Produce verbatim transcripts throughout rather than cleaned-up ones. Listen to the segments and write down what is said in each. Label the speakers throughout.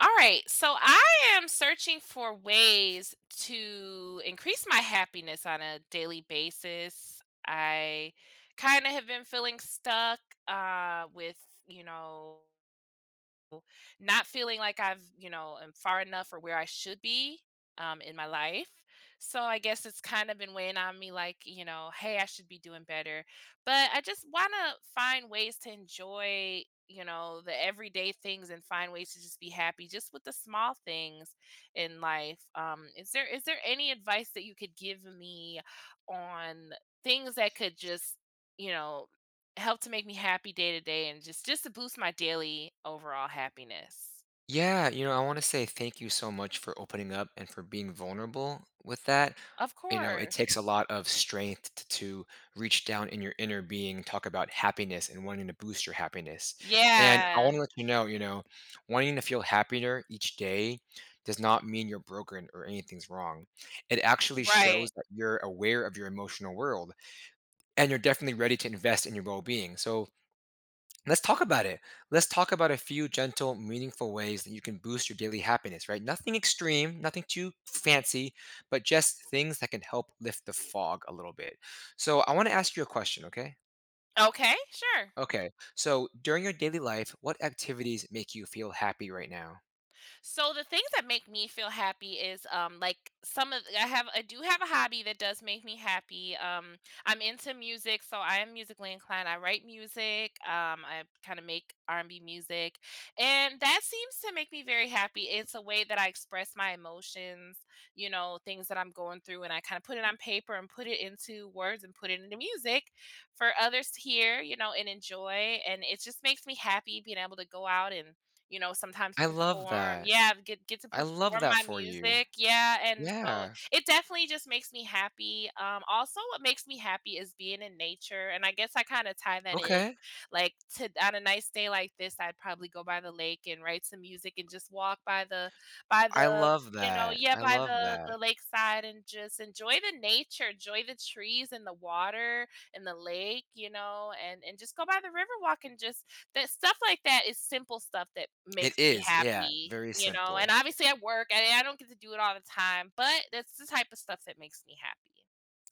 Speaker 1: All right, so I am searching for ways to increase my happiness on a daily basis. I kind of have been feeling stuck uh, with, you know, not feeling like I've, you know, am far enough or where I should be um, in my life. So I guess it's kind of been weighing on me like, you know, hey, I should be doing better. But I just want to find ways to enjoy, you know, the everyday things and find ways to just be happy just with the small things in life. Um, is there is there any advice that you could give me on things that could just, you know, help to make me happy day to day and just just to boost my daily overall happiness.
Speaker 2: Yeah, you know, I want to say thank you so much for opening up and for being vulnerable with that.
Speaker 1: Of
Speaker 2: You know, it
Speaker 1: course.
Speaker 2: takes a lot of strength t- to reach down in your inner being, talk about happiness and wanting to boost your happiness. And I
Speaker 1: Yeah.
Speaker 2: want to let you know, you know, wanting to feel happier each day does not mean you're broken or anything's wrong. It actually
Speaker 1: Right.
Speaker 2: shows that you're aware of your emotional world and you're definitely ready to invest in your well being. So, let's talk about it. Let's talk about a few gentle, meaningful ways that you can boost your daily happiness, right? Nothing extreme, nothing too fancy, but just things that can help lift the fog a little bit. So, I want to ask you a question, okay?
Speaker 1: Okay, sure.
Speaker 2: Okay. So, during your daily life, what activities make you feel happy right now?
Speaker 1: So the things that make me feel happy is um like some of I have I do have a hobby that does make me happy. Um I'm into music, so I am musically inclined. I write music. Um I kind of make R and B music, and that seems to make me very happy. It's a way that I express my emotions, you know, things that I'm going through and I kind of put it on paper and put it into words and put it into music for others to hear, you know, and enjoy, and it just makes me happy being able to go out and, you know, sometimes
Speaker 2: I love
Speaker 1: perform.
Speaker 2: that.
Speaker 1: Yeah, get get to
Speaker 2: I love
Speaker 1: perform
Speaker 2: that
Speaker 1: my
Speaker 2: for you.
Speaker 1: music, yeah, and so
Speaker 2: Yeah.
Speaker 1: it definitely just makes me happy. Um, also what makes me happy is being in nature, and I guess I kinda tie that in,
Speaker 2: Okay.
Speaker 1: like, to on a nice day like this, I'd probably go by the lake and write some music and just walk by the by
Speaker 2: I
Speaker 1: the,
Speaker 2: love
Speaker 1: you know.
Speaker 2: that.
Speaker 1: Yeah,
Speaker 2: I
Speaker 1: by
Speaker 2: love
Speaker 1: the
Speaker 2: that.
Speaker 1: the lakeside and just enjoy the nature, enjoy the trees and the water and the lake, you know, and and just go by the river walk and just that stuff like that is simple stuff that
Speaker 2: It
Speaker 1: makes me
Speaker 2: is. Yeah.
Speaker 1: happy,
Speaker 2: Very
Speaker 1: you know, and
Speaker 2: simple.
Speaker 1: obviously I work and I don't get to do it all the time, but that's the type of stuff that makes me happy.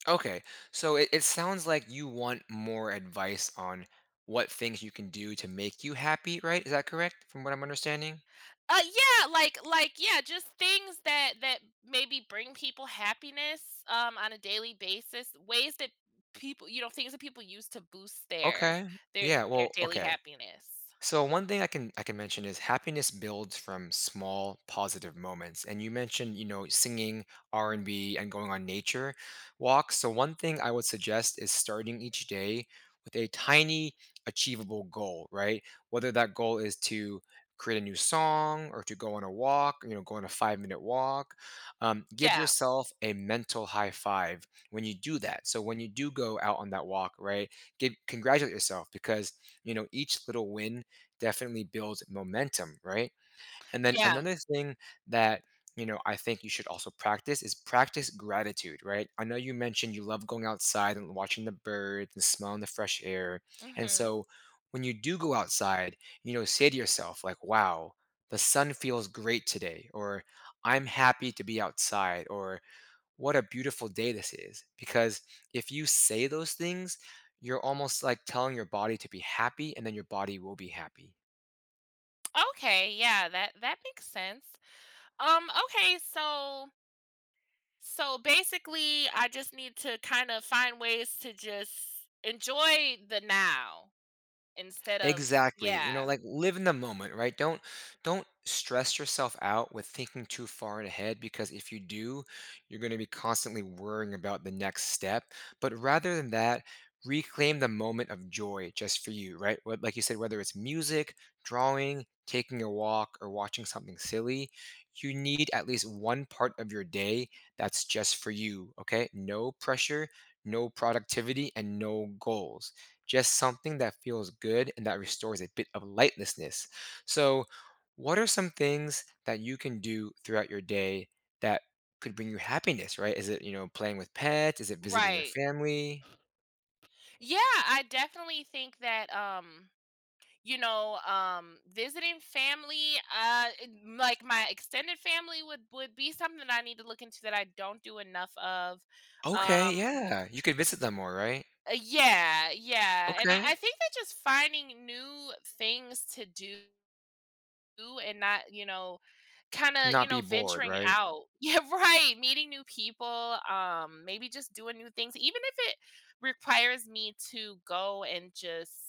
Speaker 2: Okay. So it, it sounds like you want more advice on what things you can do to make you happy, right? Is that correct from what I'm understanding?
Speaker 1: Uh, yeah, like like yeah, just things that that maybe bring people happiness, um, on a daily basis, ways that people, you know, things that people use to boost their
Speaker 2: Okay.
Speaker 1: their
Speaker 2: Yeah.
Speaker 1: their
Speaker 2: Well,
Speaker 1: daily
Speaker 2: okay.
Speaker 1: happiness.
Speaker 2: So one thing I can I can mention is happiness builds from small positive moments. And you mentioned, you know, singing R and B and B and going on nature walks. So one thing I would suggest is starting each day with a tiny achievable goal, right? Whether that goal is to create a new song or to go on a walk, you know, go on a five-minute walk. Um, give
Speaker 1: Yeah,
Speaker 2: yourself a mental high five when you do that. So when you do go out on that walk, right? Give congratulate yourself because, you know, each little win definitely builds momentum, right? And then
Speaker 1: yeah,
Speaker 2: another thing that, you know, I think you should also practice is practice gratitude, right? I know you mentioned you love going outside and watching the birds and smelling the fresh air. And
Speaker 1: mhm.
Speaker 2: so when you do go outside, you know, say to yourself like, "Wow, the sun feels great today," or "I'm happy to be outside," or "What a beautiful day this is." Because if you say those things, you're almost like telling your body to be happy and then your body will be happy.
Speaker 1: Okay, yeah, that that makes sense. Um, okay, so So basically, I just need to kind of find ways to just enjoy the now instead of,
Speaker 2: Exactly. You know,
Speaker 1: yeah,
Speaker 2: like live in the moment, right? Don't don't stress yourself out with thinking too far ahead because if you do, you're going to be constantly worrying about the next step. But rather than that, reclaim the moment of joy just for you, right? What- Like you said, whether it's music, drawing, taking a walk, or watching something silly, you need at least one part of your day that's just for you, okay? No pressure, no productivity, and no goals, just something that feels good and that restores a bit of lightlessness. So, what are some things that you can do throughout your day that could bring you happiness, right? Is it, you know, playing with pets? Is it visiting your
Speaker 1: right.
Speaker 2: family?
Speaker 1: Yeah, I definitely think that um you know, um visiting family uh it- like my extended family would would be something I need to look into that I don't do enough of.
Speaker 2: Okay,
Speaker 1: Um
Speaker 2: yeah. You could visit them more, right?
Speaker 1: uh, yeah, yeah. And I,
Speaker 2: Okay.
Speaker 1: I think that just finding new things to do and not, you know, kinda, you
Speaker 2: Not
Speaker 1: know,
Speaker 2: be bored,
Speaker 1: venturing
Speaker 2: right?
Speaker 1: out. Yeah, right, meeting new people, um, maybe just doing new things, even if it requires me to go and just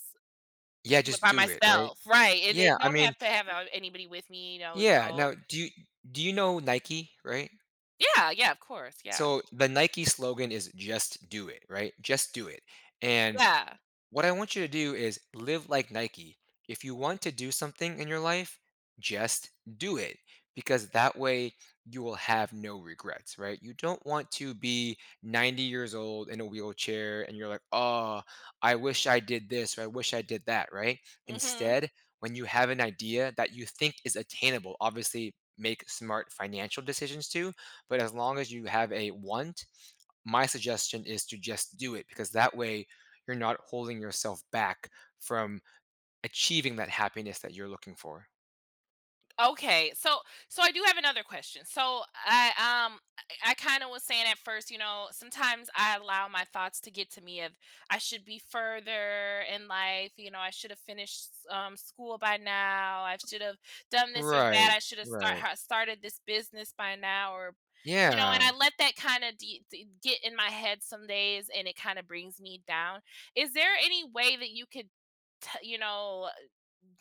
Speaker 2: Yeah,
Speaker 1: do it
Speaker 2: just
Speaker 1: by
Speaker 2: do it, right?
Speaker 1: myself, right, it it
Speaker 2: Yeah, I
Speaker 1: don't
Speaker 2: mean,
Speaker 1: have to have, uh, anybody with me, you know,
Speaker 2: yeah.
Speaker 1: go.
Speaker 2: Now, do you do you know Nike, right?
Speaker 1: Yeah, yeah, of course, yeah.
Speaker 2: So the Nike slogan is just do it, right? Just do it. And
Speaker 1: Yeah.
Speaker 2: what I want you to do is live like Nike. If you want to do something in your life, just do it because that way you will have no regrets, right? You don't want to be ninety years old in a wheelchair and you're like, oh, I wish I did this or I wish I did that, right?
Speaker 1: Mhm.
Speaker 2: Instead, when you have an idea that you think is attainable, obviously make smart financial decisions too, but as long as you have a want, my suggestion is to just do it because that way you're not holding yourself back from achieving that happiness that you're looking for.
Speaker 1: Okay, so so I do have another question. So I um I, kind of was saying at first, you know, sometimes I allow my thoughts to get to me of I should be further in life, you know, I should have finished um school by now. I should have done this or that.
Speaker 2: Right,
Speaker 1: I should have start
Speaker 2: right.
Speaker 1: ha- started this business by now or, you know, and
Speaker 2: Yeah,
Speaker 1: I let that kind of de- de- get in my head some days and it kind of brings me down. Is there any way that you could t- you know,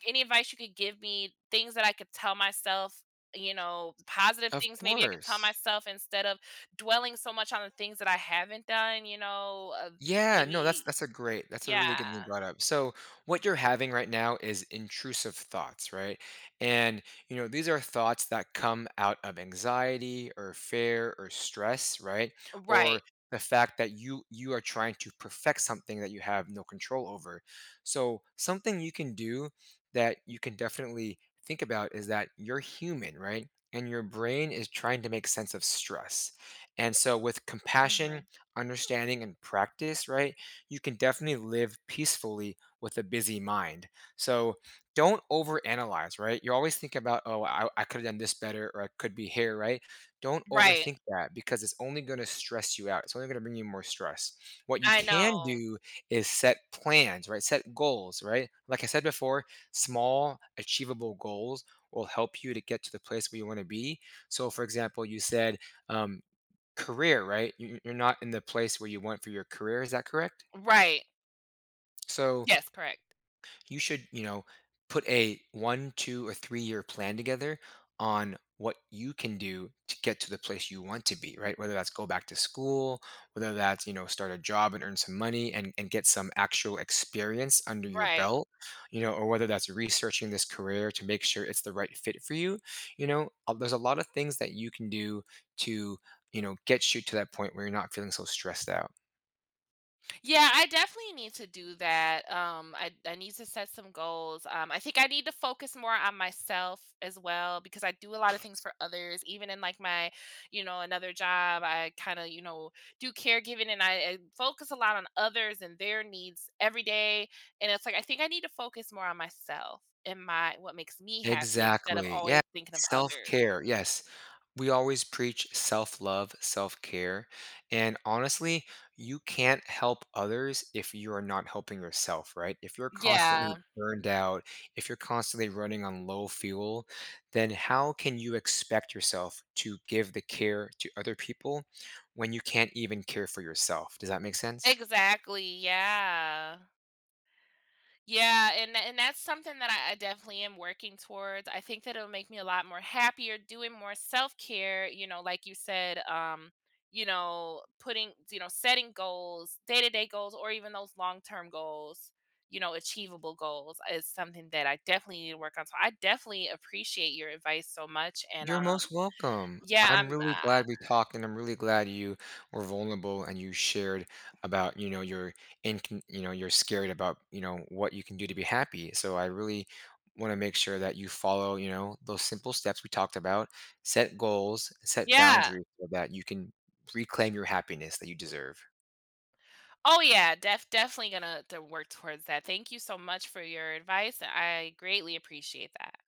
Speaker 1: any advice you could give me, things that I could tell myself, you know, positive
Speaker 2: of
Speaker 1: things maybe I could tell
Speaker 2: course.
Speaker 1: myself instead of dwelling so much on the things that I haven't done, you know, uh,
Speaker 2: Yeah, no, that's
Speaker 1: maybe
Speaker 2: that's a great that's a really
Speaker 1: yeah.
Speaker 2: good thing you brought up. So what you're having right now is intrusive thoughts, right? And, you know, these are thoughts that come out of anxiety or fear or stress, right? Or
Speaker 1: Right.
Speaker 2: the fact that you you are trying to perfect something that you have no control over. So something you can do, that you can definitely think about, is that you're human, right? And your brain is trying to make sense of stress. And so with compassion,
Speaker 1: Mhm.
Speaker 2: understanding, and practice, right, you can definitely live peacefully with a busy mind. So don't overanalyze, right? You always think about, oh, I, I could have done this better or I could be here, right? Don't
Speaker 1: Right.
Speaker 2: overthink that because it's only going to stress you out. It's only going to bring you more stress. What you
Speaker 1: I
Speaker 2: can
Speaker 1: know.
Speaker 2: do is set plans, right? Set goals, right? Like I said before, small, achievable goals will help you to get to the place where you want to be. So, for example, you said, um, career, right? You- You're not in the place where you want for your career. Is that correct?
Speaker 1: Right.
Speaker 2: So
Speaker 1: Yes, correct.
Speaker 2: you should, you know, put a one, two, or three year plan together on what you can do to get to the place you want to be, right? Whether that's go back to school, whether that's, you know, start a job and earn some money and, and get some actual experience under your
Speaker 1: Right.
Speaker 2: belt, you know, or whether that's researching this career to make sure it's the right fit for you. You know, uh, there's a lot of things that you can do to, you know, get you to that point where you're not feeling so stressed out.
Speaker 1: Yeah, I definitely need to do that. Um, I, I need to set some goals. Um, I think I need to focus more on myself as well because I do a lot of things for others. Even in like my, you know, another job, I kind of, you know, do caregiving and I, I focus a lot on others and their needs every day. And it's like I think I need to focus more on myself and my what makes me happy instead of
Speaker 2: Exactly. Yeah.
Speaker 1: always thinking of others.
Speaker 2: Self-care. Yes. We always preach self-love, self-care. And honestly, you can't help others if you are not helping yourself, right? If you're constantly
Speaker 1: Yeah,
Speaker 2: burned out, if you're constantly running on low fuel, then how can you expect yourself to give the care to other people when you can't even care for yourself? Does that make sense?
Speaker 1: exactly. Yeah. Yeah, and tha and that's something that I I definitely am working towards. I think that it'll make me a lot more happier doing more self-care, you know, like you said, um, you know, putting you know, setting goals, day-to-day goals, or even those long-term goals, you know, achievable goals is something that I definitely need to work on. So I definitely appreciate your advice so much, and,
Speaker 2: You're
Speaker 1: um,
Speaker 2: most welcome.
Speaker 1: yeah, I'm,
Speaker 2: I'm really
Speaker 1: uh
Speaker 2: glad we talked, and I'm really glad you were vulnerable and you shared about, you know, your in, you know, you're scared about, you know, what you can do to be happy. So I really want to make sure that you follow, you know, those simple steps we talked about. Set goals, set
Speaker 1: yeah.
Speaker 2: boundaries so that you can reclaim your happiness that you deserve.
Speaker 1: Oh, yeah, def definitely gonna to work towards that. Thank you so much for your advice. I greatly appreciate that.